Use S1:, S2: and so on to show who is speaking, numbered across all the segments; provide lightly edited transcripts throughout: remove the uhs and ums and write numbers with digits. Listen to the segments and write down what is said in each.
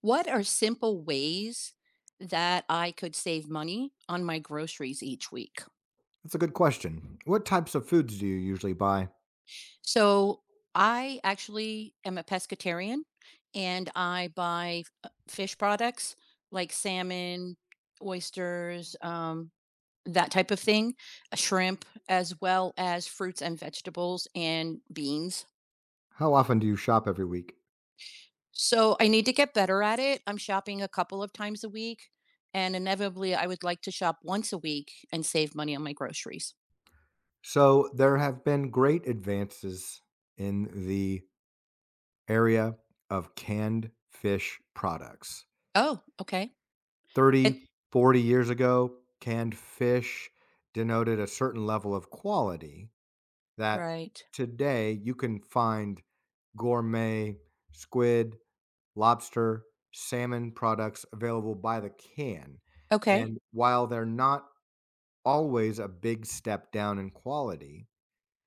S1: What are simple ways that I could save money on my groceries each week?
S2: That's a good question. What types of foods do you usually buy?
S1: So, I actually am a pescatarian and I buy fish products like salmon, oysters, that type of thing, shrimp, as well as fruits and vegetables and beans.
S2: How often do you shop every week?
S1: So, I need to get better at it. I'm shopping a couple of times a week, and inevitably, I would like to shop once a week and save money on my groceries.
S2: So, there have been great advances in the area of canned fish products.
S1: Oh, okay.
S2: 30,
S1: And
S2: 40 years ago, canned fish denoted a certain level of quality that
S1: right.
S2: today you can find gourmet squid, lobster, salmon products available by the can.
S1: Okay.
S2: And while they're not always a big step down in quality.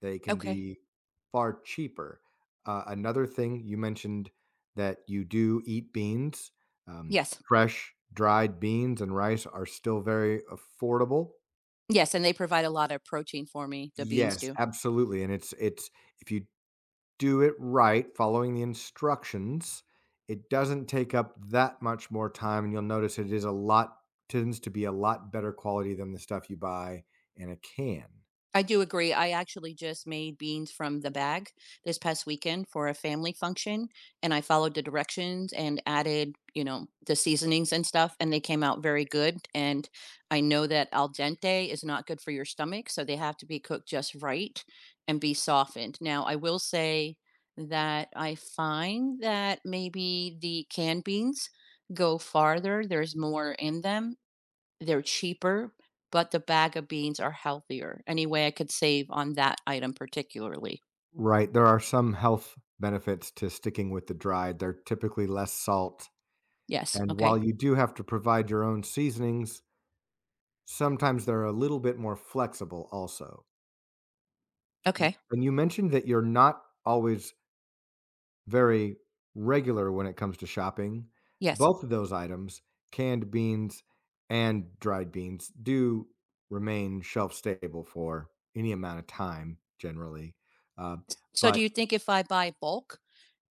S2: They can
S1: Okay.
S2: be far cheaper. Another thing you mentioned that you do eat beans. Um,
S1: Yes.
S2: Fresh, dried beans and rice are still very affordable.
S1: Yes, and they provide a lot of protein for me, the
S2: Yeah.
S1: beans
S2: Yes,
S1: do.
S2: absolutely. And it's if you do it right, following the instructions, it doesn't take up that much more time, and you'll notice it is a lot tends to be a lot better quality than the stuff you buy in a can.
S1: I do agree. I actually just made beans from the bag this past weekend for a family function, and I followed the directions and added, you know, the seasonings and stuff, and they came out very good. And I know that al dente is not good for your stomach, so they have to be cooked just right and be softened. Now, I will say that I find that maybe the canned beans go farther, there's more in them, they're cheaper, but the bag of beans are healthier. Any way I could save on that item particularly?
S2: Right, there are some health benefits to sticking with the dried. They're typically less salt,
S1: Yes,
S2: and while
S1: okay.
S2: you do have to provide your own seasonings, sometimes they're a little bit more flexible also.
S1: Okay,
S2: And you mentioned that you're not always very regular when it comes to shopping.
S1: yes.
S2: Both of those items, canned beans and dried beans, do remain shelf stable for any amount of time generally. Uh,
S1: So do
S2: but
S1: you think if I buy bulk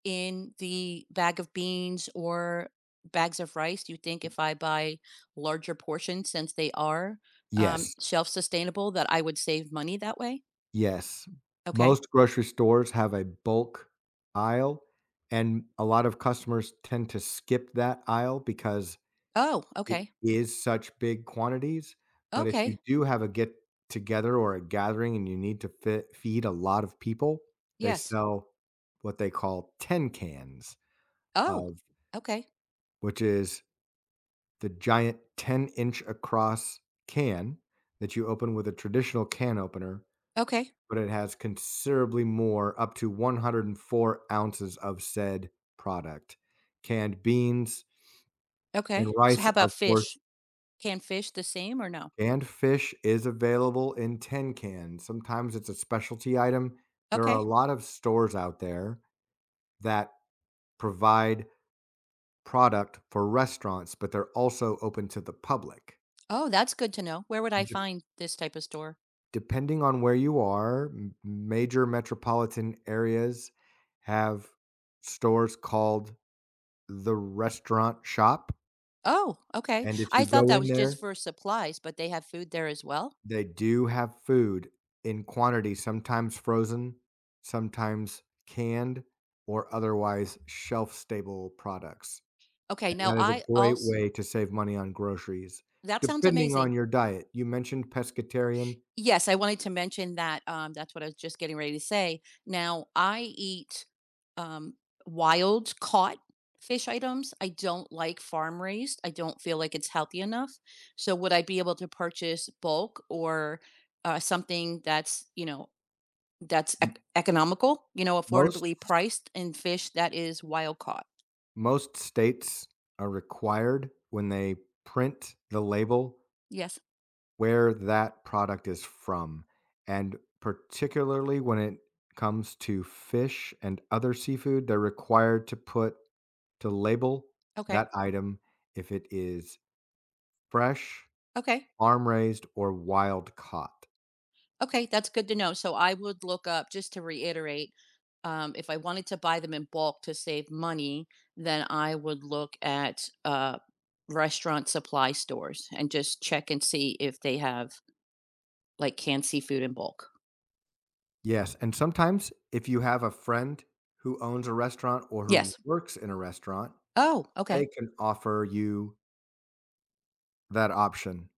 S1: in the bag of beans or bags of rice, do you think if I buy larger portions since they are,
S2: yes.
S1: self-sustainable that I would save money that way?
S2: Yes.
S1: Okay.
S2: Most grocery stores have a bulk aisle, and a lot of customers tend to skip that aisle because
S1: Oh,
S2: it
S1: okay.
S2: is such big quantities, but if you
S1: Okay.
S2: do have a get together or a gathering and you need to fe feed a lot of people, they
S1: Yes.
S2: sell what they call "10 cans"
S1: Oh,
S2: of
S1: okay.
S2: which is the giant 10-inch across can that you open with a traditional can opener
S1: Okay.
S2: but it has considerably more, up to 104 ounces of said product. Canned beans
S1: Okay.
S2: and
S1: So
S2: rice,
S1: how
S2: of
S1: about
S2: course,
S1: fish? Can fish the same or no?
S2: canned fish is available in tin cans. Sometimes it's a specialty item. There are a
S1: Okay.
S2: lot of stores out there that provide product for restaurants, but they're also open to the public.
S1: Oh, that's good to know. Where would I
S2: De-
S1: find this type of store?
S2: depending on where you are, major metropolitan areas have stores called the restaurant shop,
S1: Oh, okay.
S2: and if you
S1: I thought
S2: go
S1: that
S2: in
S1: was just
S2: there,
S1: for supplies, but they have food there as well.
S2: they do have food in quantity, sometimes frozen, sometimes canned, or otherwise shelf-stable products,
S1: Okay,
S2: and
S1: now
S2: that is
S1: I
S2: a great
S1: also
S2: way to save money on groceries,
S1: that sounds
S2: depending on
S1: amazing.
S2: your diet. You mentioned pescatarian.
S1: Yes, I wanted to mention that. That's what I was just getting ready to say. Now I eat um, wild caught fish items. I don't like farm raised. I don't feel like it's healthy enough. So would I be able to purchase bulk or something that's that's
S2: M
S1: ec economical,
S2: most
S1: affordably priced and fish that is wild caught.
S2: most states are required when they print the label
S1: Yes.
S2: where that product is from, and particularly when it comes to fish and other seafood, they're required to put to label that
S1: Okay.
S2: item if it is fresh,
S1: Okay.
S2: farm raised, or wild caught.
S1: Okay. That's good to know. So I would look up, just to reiterate, if I wanted to buy them in bulk to save money, then I would look at restaurant supply stores and just check and see if they have like canned seafood in bulk.
S2: Yes, and sometimes if you have a friend who owns a restaurant or who
S1: Yes.
S2: works in a restaurant,
S1: Oh, okay.
S2: they can offer you that option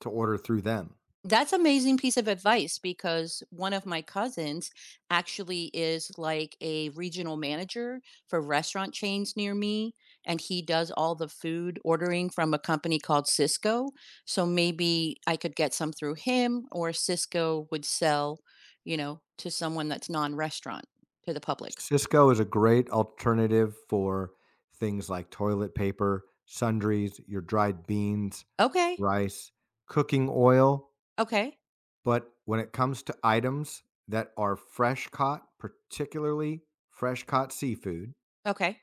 S2: to order through them.
S1: That's amazing piece of advice because one of my cousins actually is like a regional manager for restaurant chains near me, and he does all the food ordering from a company called Cisco. So maybe I could get some through him, or Cisco would sell, to someone that's non-restaurant to the public.
S2: Cisco is a great alternative for things like toilet paper, sundries, your dried beans,
S1: Okay.
S2: rice, cooking oil,
S1: Okay.
S2: but when it comes to items that are fresh caught, particularly fresh caught seafood,
S1: Okay.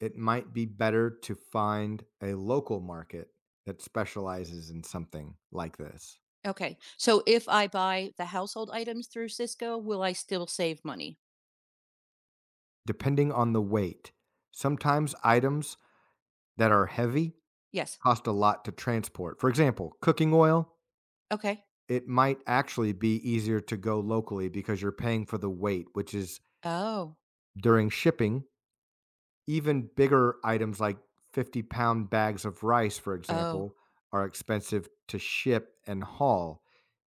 S2: it might be better to find a local market that specializes in something like this.
S1: Okay. So if I buy the household items through Cisco, will I still save money?
S2: Depending on the weight, sometimes items that are heavy
S1: Yes.
S2: cost a lot to transport. For example, cooking oil.
S1: Okay.
S2: It might actually be easier to go locally because you're paying for the weight, which is
S1: Oh.
S2: during shipping, even bigger items like 50-pound bags of rice, for
S1: Oh,
S2: example, are expensive to ship and haul.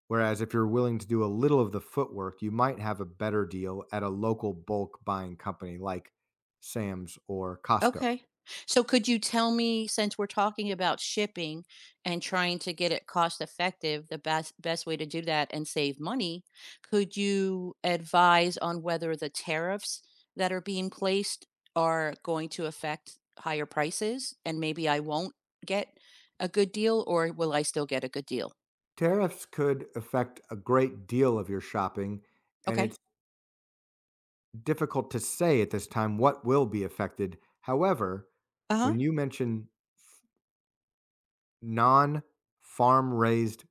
S2: Whereas if you're willing to do a little of the footwork, you might have a better deal at a local bulk buying company like Sam's or Costco.
S1: okay. So could you tell me, since we're talking about shipping and trying to get it cost effective, the best way to do that and save money, could you advise on whether the tariffs that are being placed are going to affect higher prices and maybe I won't get a good deal or will I still get a good deal?
S2: Tariffs could affect a great deal of your shopping, and
S1: Okay.
S2: it's difficult to say at this time what will be affected. However,
S1: Uh-huh.
S2: when you mention non-farm raised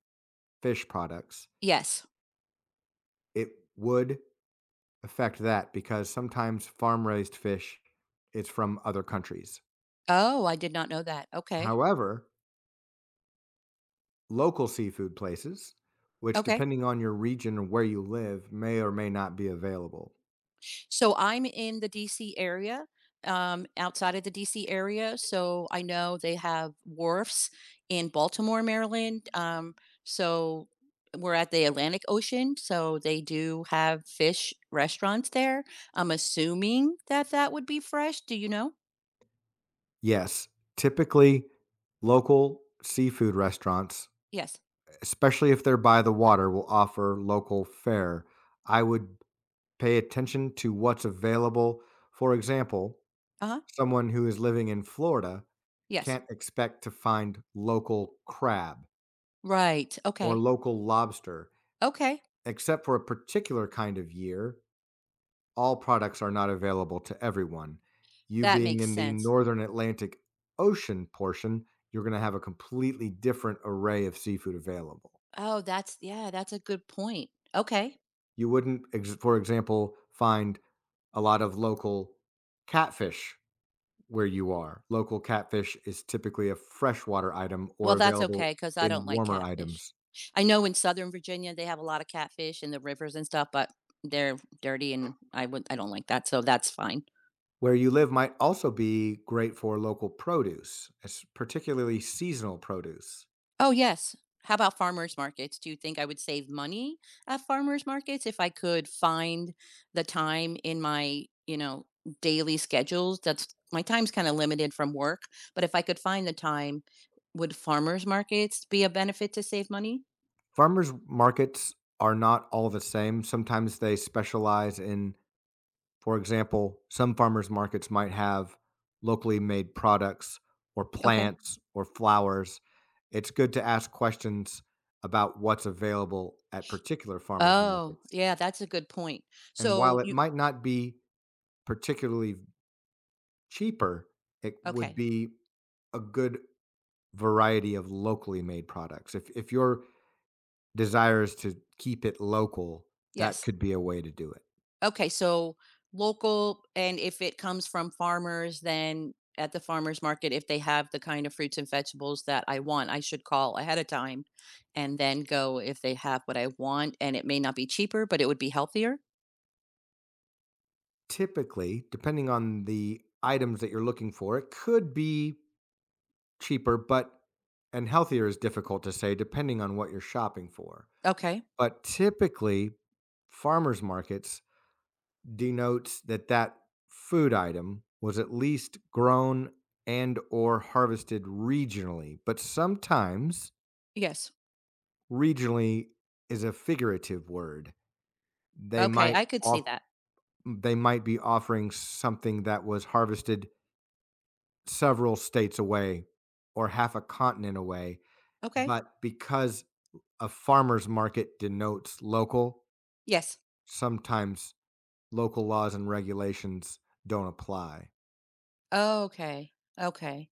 S2: fish products,
S1: Yes.
S2: it would affect that because sometimes farm raised fish is from other countries.
S1: Oh, I did not know that. Okay.
S2: However, local seafood places, which
S1: Okay.
S2: depending on your region or where you live, may or may not be available.
S1: So I'm in the DC area, outside of the DC area. So I know they have wharfs in Baltimore, Maryland. So we're at the Atlantic Ocean. So they do have fish restaurants there. I'm assuming that that would be fresh. Do you know?
S2: Yes, typically local seafood restaurants
S1: Yes.
S2: especially if they're by the water, will offer local fare. I would pay attention to what's available. For example,
S1: Uh huh.
S2: someone who is living in Florida
S1: Yes.
S2: can't expect to find local crab
S1: Right.
S2: or
S1: Okay.
S2: local lobster,
S1: Okay.
S2: except for a particular kind of year. All products are not available to everyone. You
S1: That
S2: being
S1: makes
S2: in the
S1: sense.
S2: northern Atlantic Ocean portion, you're going to have a completely different array of seafood available.
S1: Oh, that's, yeah, that's a good point. Okay.
S2: You wouldn't, for example, find a lot of local catfish where you are. Local catfish is typically a freshwater item or
S1: Well, that's
S2: available
S1: okay because I
S2: in
S1: don't like
S2: warmer
S1: catfish.
S2: items.
S1: I know in Southern Virginia, they have a lot of catfish in the rivers and stuff, but they're dirty and I don't like that, so that's fine.
S2: Where you live might also be great for local produce, particularly seasonal produce.
S1: Oh, yes. How about farmers markets? Do you think I would save money at farmers markets if I could find the time in my, daily schedules? That's my time's kinda limited from work, but if I could find the time, would farmers markets be a benefit to save money?
S2: Farmers markets are not all the same. Sometimes they specialize in. For example, some farmers markets might have locally made products or
S1: Okay.
S2: plants or flowers. It's good to ask questions about what's available at particular farmers
S1: Oh,
S2: markets.
S1: yeah, that's a good point.
S2: And while
S1: So,
S2: it
S1: you
S2: might not be particularly cheaper, it would
S1: Okay.
S2: be a good variety of locally made products. If you're desires to keep it local, that
S1: Yes.
S2: could be a way to do it.
S1: Okay. So local, and if it comes from farmers, then at the farmers market, if they have the kind of fruits and vegetables that I want, I should call ahead of time and then go if they have what I want. And it may not be cheaper, but it would be healthier.
S2: Typically, depending on the items that you're looking for, it could be cheaper, but and healthier is difficult to say depending on what you're shopping for.
S1: Okay.
S2: But typically, farmers markets denotes that that food item was at least grown and or harvested regionally but sometimes
S1: Yes.
S2: regionally is a figurative word they
S1: Okay. I could see that.
S2: they might be offering something that was harvested several states away or half a continent away
S1: Okay.
S2: but because a farmers market denotes local
S1: Yes.
S2: sometimes local laws and regulations don't apply.
S1: Okay. Okay.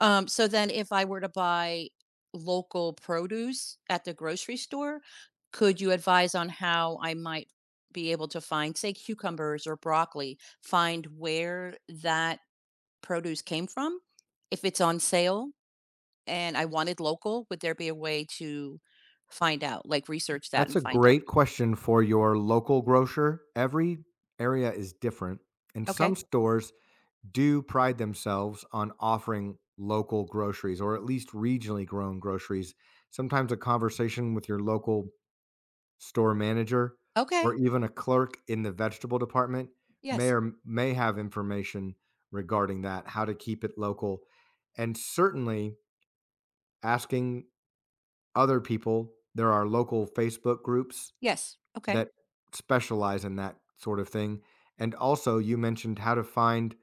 S1: So then if I were to buy local produce at the grocery store, could you advise on how I might be able to find, say, cucumbers or broccoli, find where that produce came from? If it's on sale and I wanted local, would there be a way to find out, like research that
S2: That's
S1: and
S2: a
S1: find out?
S2: great question for your local grocer. Every area is different, and some
S1: Okay.
S2: stores do pride themselves on offering local groceries or at least regionally grown groceries. Sometimes a conversation with your local store manager or
S1: Okay.
S2: even a clerk in the vegetable department may
S1: Yes.
S2: or may have information regarding that, how to keep it local. And certainly asking other people, there are local Facebook groups
S1: Yes. Okay.
S2: that specialize in that sort of thing. And also, you mentioned how to find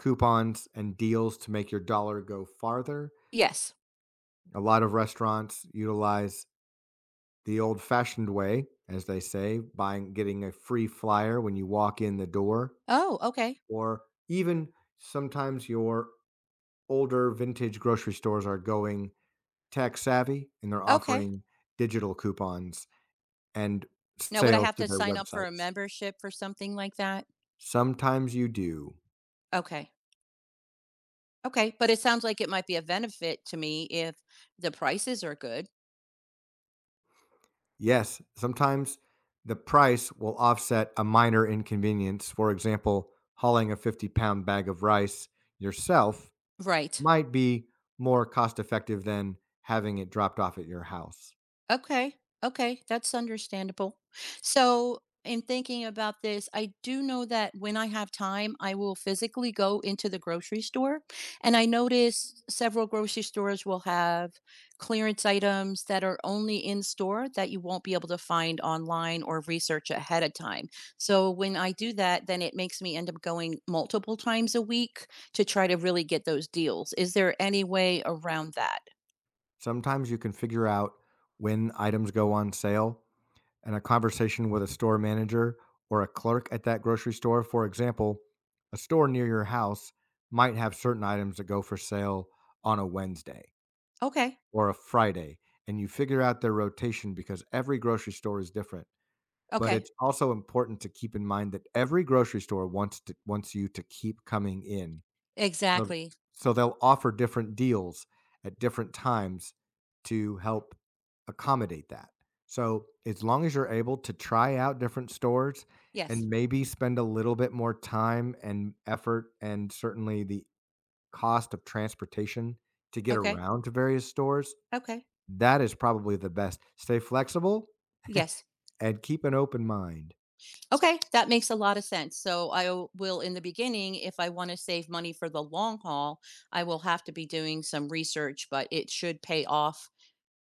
S2: coupons and deals to make your dollar go farther.
S1: Yes.
S2: A lot of restaurants utilize the old fashioned way, as they say, buying, getting a free flyer when you walk in the door,
S1: Oh, okay.
S2: or even sometimes your older vintage grocery stores are going tech savvy and they're
S1: Okay.
S2: offering digital coupons and
S1: Now, would I
S2: sales
S1: have
S2: to
S1: to
S2: their
S1: sign up for a
S2: websites.
S1: membership for something like that?
S2: Sometimes you do.
S1: Okay. Okay, but it sounds like it might be a benefit to me if the prices are good.
S2: Yes, sometimes the price will offset a minor inconvenience. For example, hauling a 50-pound bag of rice yourself
S1: Right.
S2: might be more cost effective than having it dropped off at your house.
S1: Okay. Okay. That's understandable. So, in thinking about this, I do know that when I have time, I will physically go into the grocery store. And I notice several grocery stores will have clearance items that are only in store that you won't be able to find online or research ahead of time. So, when I do that, then it makes me end up going multiple times a week to try to really get those deals. Is there any way around that?
S2: Sometimes you can figure out when items go on sale, and a conversation with a store manager or a clerk at that grocery store, for example, a store near your house might have certain items that go for sale on a Wednesday
S1: Okay.
S2: or a Friday, and you figure out their rotation because every grocery store is different. But
S1: Okay.
S2: it's also important to keep in mind that every grocery store wants you to keep coming in. So,
S1: Exactly.
S2: they'll offer different deals at different times to help accommodate that. So as long as you're able to try out different stores
S1: Yes.
S2: and maybe spend a little bit more time and effort and certainly the cost of transportation to get
S1: Okay.
S2: around to various stores,
S1: Okay.
S2: that is probably the best. Stay flexible
S1: Yes.
S2: and keep an open mind.
S1: Okay. That makes a lot of sense. So I will, in the beginning, if I want to save money for the long haul, I will have to be doing some research, but it should pay off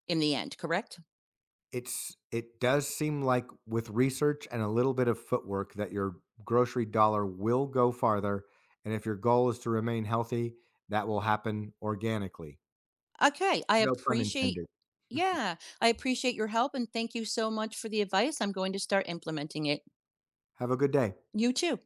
S1: in the end, correct?
S2: It does seem like with research and a little bit of footwork that your grocery dollar will go farther, and if your goal is to remain healthy, that will happen organically.
S1: Okay. I
S2: No pun
S1: appreciate,
S2: intended.
S1: yeah, I appreciate your help and thank you so much for the advice. I'm going to start implementing it.
S2: Have a good day.
S1: You too.